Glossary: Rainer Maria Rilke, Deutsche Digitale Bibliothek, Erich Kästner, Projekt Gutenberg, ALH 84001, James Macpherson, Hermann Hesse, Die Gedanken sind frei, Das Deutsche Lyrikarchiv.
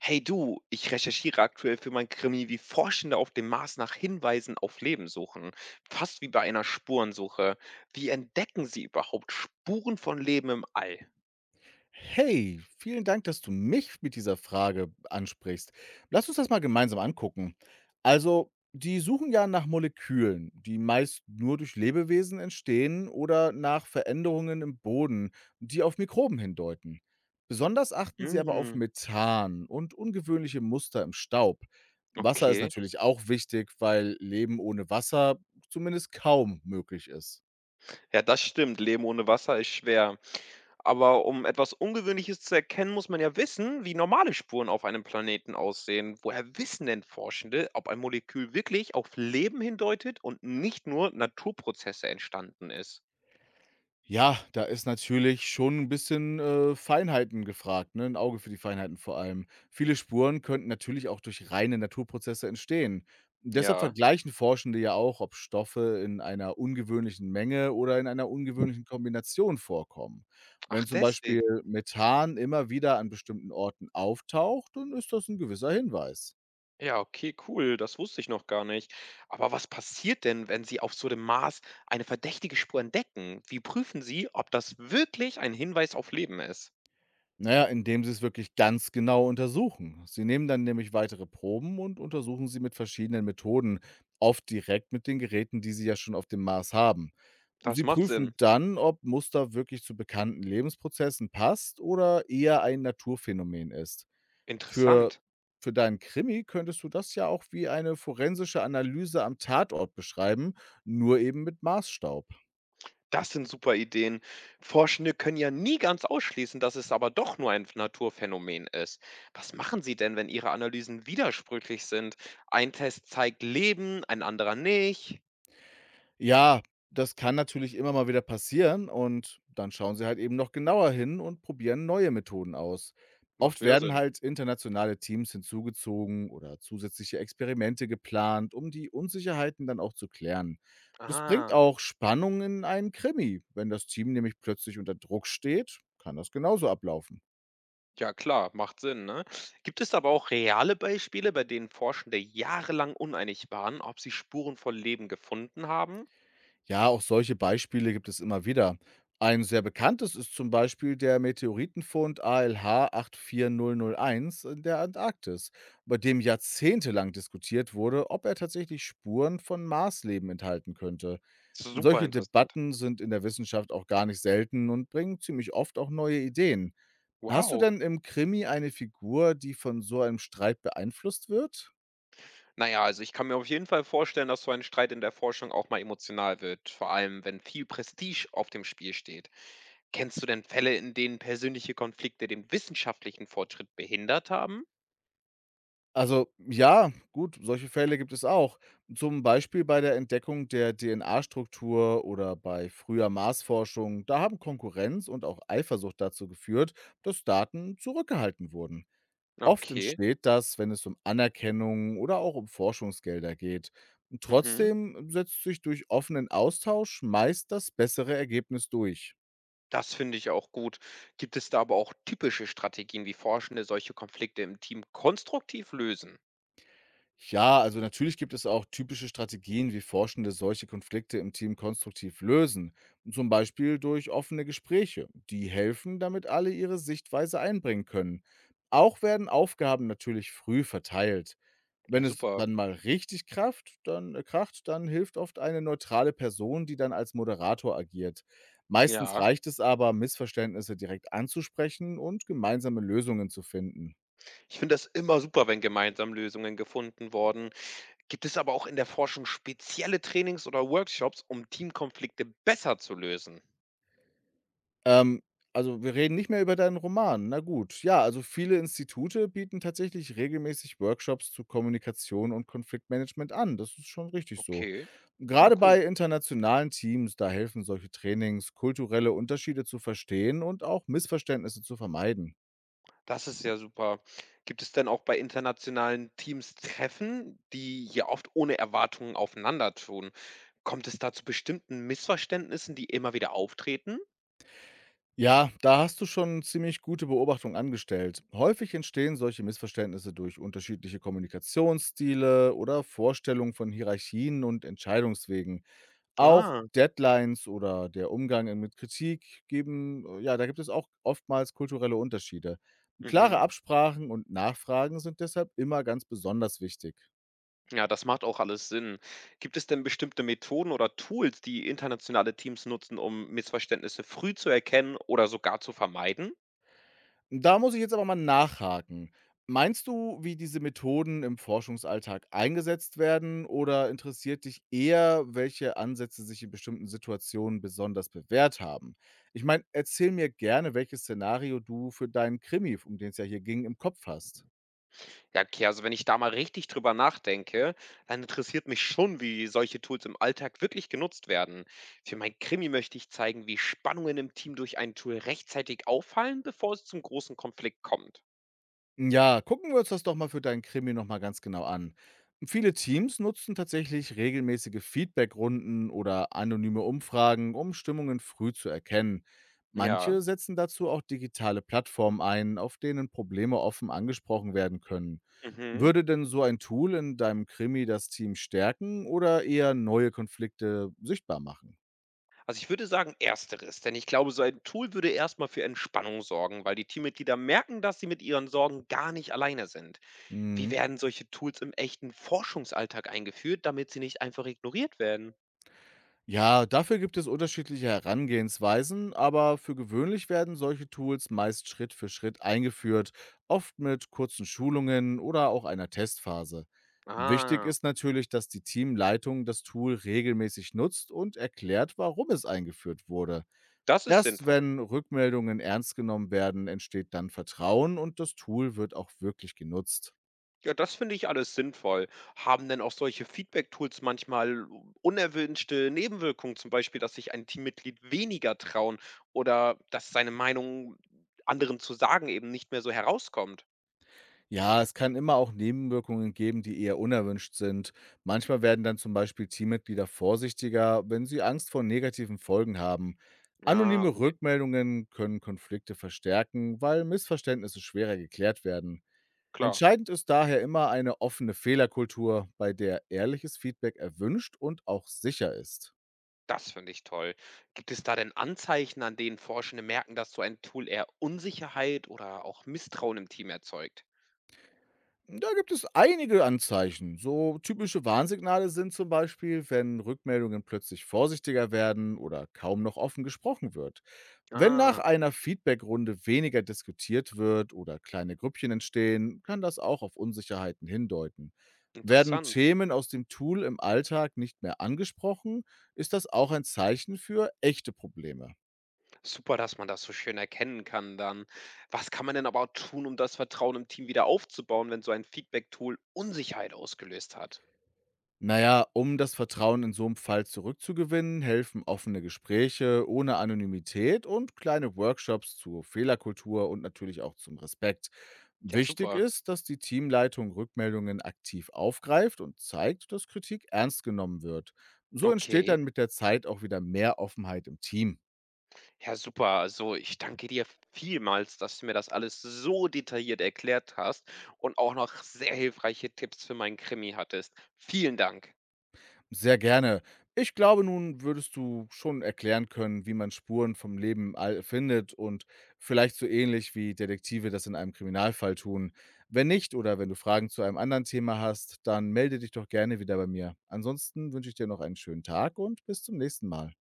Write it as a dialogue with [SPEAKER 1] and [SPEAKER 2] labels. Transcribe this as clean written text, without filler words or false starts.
[SPEAKER 1] Hey du, ich recherchiere aktuell für mein Krimi, wie Forschende auf dem Mars nach Hinweisen auf Leben suchen. Fast wie bei einer Spurensuche. Wie entdecken sie überhaupt Spuren von Leben im All?
[SPEAKER 2] Hey, vielen Dank, dass du mich mit dieser Frage ansprichst. Lass uns das mal gemeinsam angucken. Also, die suchen ja nach Molekülen, die meist nur durch Lebewesen entstehen oder nach Veränderungen im Boden, die auf Mikroben hindeuten. Besonders achten sie aber auf
[SPEAKER 1] Hm,
[SPEAKER 2] Methan und ungewöhnliche Muster im Staub. Wasser ist
[SPEAKER 1] okay.
[SPEAKER 2] natürlich auch wichtig, weil Leben ohne Wasser zumindest kaum möglich ist.
[SPEAKER 1] Ja, das stimmt. Leben ohne Wasser ist schwer. Aber um etwas Ungewöhnliches zu erkennen, muss man ja wissen, wie normale Spuren auf einem Planeten aussehen. Woher wissen denn Forschende, ob ein Molekül wirklich auf Leben hindeutet und nicht nur Naturprozesse entstanden ist?
[SPEAKER 2] Ja, da ist natürlich schon ein bisschen, Feinheiten gefragt, ne? 'N Auge für die Feinheiten vor allem. Viele Spuren könnten natürlich auch durch reine Naturprozesse entstehen. Deshalb
[SPEAKER 1] Ja.
[SPEAKER 2] vergleichen Forschende ja auch, ob Stoffe in einer ungewöhnlichen Menge oder in einer ungewöhnlichen Kombination vorkommen. Wenn
[SPEAKER 1] Ach,
[SPEAKER 2] zum Beispiel
[SPEAKER 1] deswegen.
[SPEAKER 2] Methan immer wieder an bestimmten Orten auftaucht, dann ist das ein gewisser Hinweis.
[SPEAKER 1] Ja, okay, cool, das wusste ich noch gar nicht. Aber was passiert denn, wenn Sie auf so dem Mars eine verdächtige Spur entdecken? Wie prüfen Sie, ob das wirklich ein Hinweis auf Leben ist?
[SPEAKER 2] Naja, indem sie es wirklich ganz genau untersuchen. Sie nehmen dann nämlich weitere Proben und untersuchen sie mit verschiedenen Methoden, oft direkt mit den Geräten, die sie ja schon auf dem Mars haben.
[SPEAKER 1] Das
[SPEAKER 2] Sie
[SPEAKER 1] macht Sinn.
[SPEAKER 2] prüfen dann, ob Muster wirklich zu bekannten Lebensprozessen passt oder eher ein Naturphänomen ist. Für
[SPEAKER 1] Interessant.
[SPEAKER 2] für deinen Krimi könntest du das ja auch wie eine forensische Analyse am Tatort beschreiben, nur eben mit Marsstaub.
[SPEAKER 1] Das sind super Ideen. Forschende können ja nie ganz ausschließen, dass es aber doch nur ein Naturphänomen ist. Was machen Sie denn, wenn Ihre Analysen widersprüchlich sind? Ein Test zeigt Leben, ein anderer nicht.
[SPEAKER 2] Ja, das kann natürlich immer mal wieder passieren und dann schauen sie halt eben noch genauer hin und probieren neue Methoden aus.
[SPEAKER 1] Macht
[SPEAKER 2] Oft
[SPEAKER 1] wieder
[SPEAKER 2] werden
[SPEAKER 1] Sinn.
[SPEAKER 2] halt internationale Teams hinzugezogen oder zusätzliche Experimente geplant, um die Unsicherheiten dann auch zu klären. Das bringt
[SPEAKER 1] Ah.
[SPEAKER 2] auch Spannung in einen Krimi. Wenn das Team nämlich plötzlich unter Druck steht, kann das genauso ablaufen.
[SPEAKER 1] Ja klar, macht Sinn, ne? Gibt es aber auch reale Beispiele, bei denen Forschende jahrelang uneinig waren, ob sie Spuren von Leben gefunden haben?
[SPEAKER 2] Ja, auch solche Beispiele gibt es immer wieder. Ein sehr bekanntes ist zum Beispiel der Meteoritenfund ALH 84001 in der Antarktis, bei dem jahrzehntelang diskutiert wurde, ob er tatsächlich Spuren von Marsleben enthalten könnte.
[SPEAKER 1] Super
[SPEAKER 2] Solche
[SPEAKER 1] interessant.
[SPEAKER 2] Debatten sind in der Wissenschaft auch gar nicht selten und bringen ziemlich oft auch neue Ideen. Hast du
[SPEAKER 1] Wow.
[SPEAKER 2] denn im Krimi eine Figur, die von so einem Streit beeinflusst wird?
[SPEAKER 1] Naja, also ich kann mir auf jeden Fall vorstellen, dass so ein Streit in der Forschung auch mal emotional wird, vor allem wenn viel Prestige auf dem Spiel steht. Kennst du denn Fälle, in denen persönliche Konflikte den wissenschaftlichen Fortschritt behindert haben?
[SPEAKER 2] Also, ja, gut, solche Fälle gibt es auch. Zum Beispiel bei der Entdeckung der DNA-Struktur oder bei früher Marsforschung. Da haben Konkurrenz und auch Eifersucht dazu geführt, dass Daten zurückgehalten wurden. Oft
[SPEAKER 1] Okay.
[SPEAKER 2] entsteht das, wenn es um Anerkennung oder auch um Forschungsgelder geht.
[SPEAKER 1] Mhm.
[SPEAKER 2] Trotzdem setzt sich durch offenen Austausch meist das bessere Ergebnis durch.
[SPEAKER 1] Das finde ich auch gut. Gibt es da aber auch typische Strategien, wie Forschende solche Konflikte im Team konstruktiv lösen?
[SPEAKER 2] Ja, also natürlich gibt es auch typische Strategien, wie Forschende solche Konflikte im Team konstruktiv lösen. Zum Beispiel durch offene Gespräche. Die helfen, damit alle ihre Sichtweise einbringen können. Auch werden Aufgaben natürlich früh verteilt.
[SPEAKER 1] Ja,
[SPEAKER 2] Wenn es
[SPEAKER 1] super.
[SPEAKER 2] dann mal richtig kracht, dann kracht, dann hilft oft eine neutrale Person, die dann als Moderator agiert. Meistens
[SPEAKER 1] Ja,
[SPEAKER 2] reicht es aber, Missverständnisse direkt anzusprechen und gemeinsame Lösungen zu finden.
[SPEAKER 1] ich finde das immer super, wenn gemeinsam Lösungen gefunden wurden. Gibt es aber auch in der Forschung spezielle Trainings oder Workshops, um Teamkonflikte besser zu lösen?
[SPEAKER 2] Ähm, also wir reden nicht mehr über deinen Roman. Na gut. Ja, also viele Institute bieten tatsächlich regelmäßig Workshops zu Kommunikation und Konfliktmanagement an. Das ist schon richtig so.
[SPEAKER 1] Okay, ja,
[SPEAKER 2] Gerade
[SPEAKER 1] cool.
[SPEAKER 2] bei internationalen Teams, da helfen solche Trainings, kulturelle Unterschiede zu verstehen und auch Missverständnisse zu vermeiden.
[SPEAKER 1] Das ist ja super. Gibt es denn auch bei internationalen Teams Treffen, die hier oft ohne Erwartungen aufeinander tun? Kommt es da zu bestimmten Missverständnissen, die immer wieder auftreten?
[SPEAKER 2] Ja, da hast du schon ziemlich gute Beobachtung angestellt. Häufig entstehen solche Missverständnisse durch unterschiedliche Kommunikationsstile oder Vorstellungen von Hierarchien und Entscheidungswegen. Auch
[SPEAKER 1] Ah,
[SPEAKER 2] Deadlines oder der Umgang mit Kritik geben, ja, da gibt es auch oftmals kulturelle Unterschiede. Klare
[SPEAKER 1] mhm.
[SPEAKER 2] Absprachen und Nachfragen sind deshalb immer ganz besonders wichtig.
[SPEAKER 1] Ja, das macht auch alles Sinn. Gibt es denn bestimmte Methoden oder Tools, die internationale Teams nutzen, um Missverständnisse früh zu erkennen oder sogar zu vermeiden?
[SPEAKER 2] Da muss ich jetzt aber mal nachhaken. Meinst du, wie diese Methoden im Forschungsalltag eingesetzt werden oder interessiert dich eher, welche Ansätze sich in bestimmten Situationen besonders bewährt haben? Ich meine, erzähl mir gerne, welches Szenario du für deinen Krimi, um den es ja hier ging, im Kopf hast.
[SPEAKER 1] Ja, okay, also wenn ich da mal richtig drüber nachdenke, dann interessiert mich schon, wie solche Tools im Alltag wirklich genutzt werden. Für mein Krimi möchte ich zeigen, wie Spannungen im Team durch ein Tool rechtzeitig auffallen, bevor es zum großen Konflikt kommt.
[SPEAKER 2] Ja, gucken wir uns das doch mal für deinen Krimi nochmal ganz genau an. Viele Teams nutzen tatsächlich regelmäßige Feedbackrunden oder anonyme Umfragen, um Stimmungen früh zu erkennen.
[SPEAKER 1] Ja,
[SPEAKER 2] Manche setzen dazu auch digitale Plattformen ein, auf denen Probleme offen angesprochen werden können.
[SPEAKER 1] mhm.
[SPEAKER 2] Würde denn so ein Tool in deinem Krimi das Team stärken oder eher neue Konflikte sichtbar machen?
[SPEAKER 1] Also ich würde sagen ersteres, denn ich glaube, so ein Tool würde erstmal für Entspannung sorgen, weil die Teammitglieder merken, dass sie mit ihren Sorgen gar nicht alleine sind. Wie
[SPEAKER 2] Mhm.
[SPEAKER 1] werden solche Tools im echten Forschungsalltag eingeführt, damit sie nicht einfach ignoriert werden?
[SPEAKER 2] Ja, dafür gibt es unterschiedliche Herangehensweisen, aber für gewöhnlich werden solche Tools meist Schritt für Schritt eingeführt, oft mit kurzen Schulungen oder auch einer Testphase. Wichtig
[SPEAKER 1] Ah,
[SPEAKER 2] ist natürlich, dass die Teamleitung das Tool regelmäßig nutzt und erklärt, warum es eingeführt wurde.
[SPEAKER 1] das ist
[SPEAKER 2] Erst
[SPEAKER 1] sinnvoll.
[SPEAKER 2] wenn Rückmeldungen ernst genommen werden, entsteht dann Vertrauen und das Tool wird auch wirklich genutzt.
[SPEAKER 1] Ja, das finde ich alles sinnvoll. Haben denn auch solche Feedback-Tools manchmal unerwünschte Nebenwirkungen, zum Beispiel, dass sich ein Teammitglied weniger trauen oder dass seine Meinung anderen zu sagen eben nicht mehr so herauskommt?
[SPEAKER 2] Ja, es kann immer auch Nebenwirkungen geben, die eher unerwünscht sind. Manchmal werden dann zum Beispiel Teammitglieder vorsichtiger, wenn sie Angst vor negativen Folgen haben.
[SPEAKER 1] Ah,
[SPEAKER 2] Anonyme
[SPEAKER 1] okay,
[SPEAKER 2] Rückmeldungen können Konflikte verstärken, weil Missverständnisse schwerer geklärt werden.
[SPEAKER 1] klar.
[SPEAKER 2] Entscheidend ist daher immer eine offene Fehlerkultur, bei der ehrliches Feedback erwünscht und auch sicher ist.
[SPEAKER 1] Das finde ich toll. Gibt es da denn Anzeichen, an denen Forschende merken, dass so ein Tool eher Unsicherheit oder auch Misstrauen im Team erzeugt?
[SPEAKER 2] Da gibt es einige Anzeichen. So typische Warnsignale sind zum Beispiel, wenn Rückmeldungen plötzlich vorsichtiger werden oder kaum noch offen gesprochen wird. Wenn nach
[SPEAKER 1] Ah,
[SPEAKER 2] einer Feedbackrunde weniger diskutiert wird oder kleine Grüppchen entstehen, kann das auch auf Unsicherheiten hindeuten. Werden
[SPEAKER 1] interessant.
[SPEAKER 2] Themen aus dem Tool im Alltag nicht mehr angesprochen, ist das auch ein Zeichen für echte Probleme.
[SPEAKER 1] Super, dass man das so schön erkennen kann dann. Was kann man denn aber tun, um das Vertrauen im Team wieder aufzubauen, wenn so ein Feedback-Tool Unsicherheit ausgelöst hat?
[SPEAKER 2] Naja, um das Vertrauen in so einem Fall zurückzugewinnen, helfen offene Gespräche ohne Anonymität und kleine Workshops zur Fehlerkultur und natürlich auch zum Respekt.
[SPEAKER 1] Ja,
[SPEAKER 2] Wichtig
[SPEAKER 1] super.
[SPEAKER 2] ist, dass die Teamleitung Rückmeldungen aktiv aufgreift und zeigt, dass Kritik ernst genommen wird. So entsteht
[SPEAKER 1] Okay.
[SPEAKER 2] dann mit der Zeit auch wieder mehr Offenheit im Team.
[SPEAKER 1] Ja, super. Also ich danke dir vielmals, dass du mir das alles so detailliert erklärt hast und auch noch sehr hilfreiche Tipps für meinen Krimi hattest. Vielen Dank.
[SPEAKER 2] Sehr gerne. Ich glaube, nun würdest du schon erklären können, wie man Spuren vom Leben im All findet und vielleicht so ähnlich wie Detektive das in einem Kriminalfall tun. Wenn nicht oder wenn du Fragen zu einem anderen Thema hast, dann melde dich doch gerne wieder bei mir. Ansonsten wünsche ich dir noch einen schönen Tag und bis zum nächsten Mal.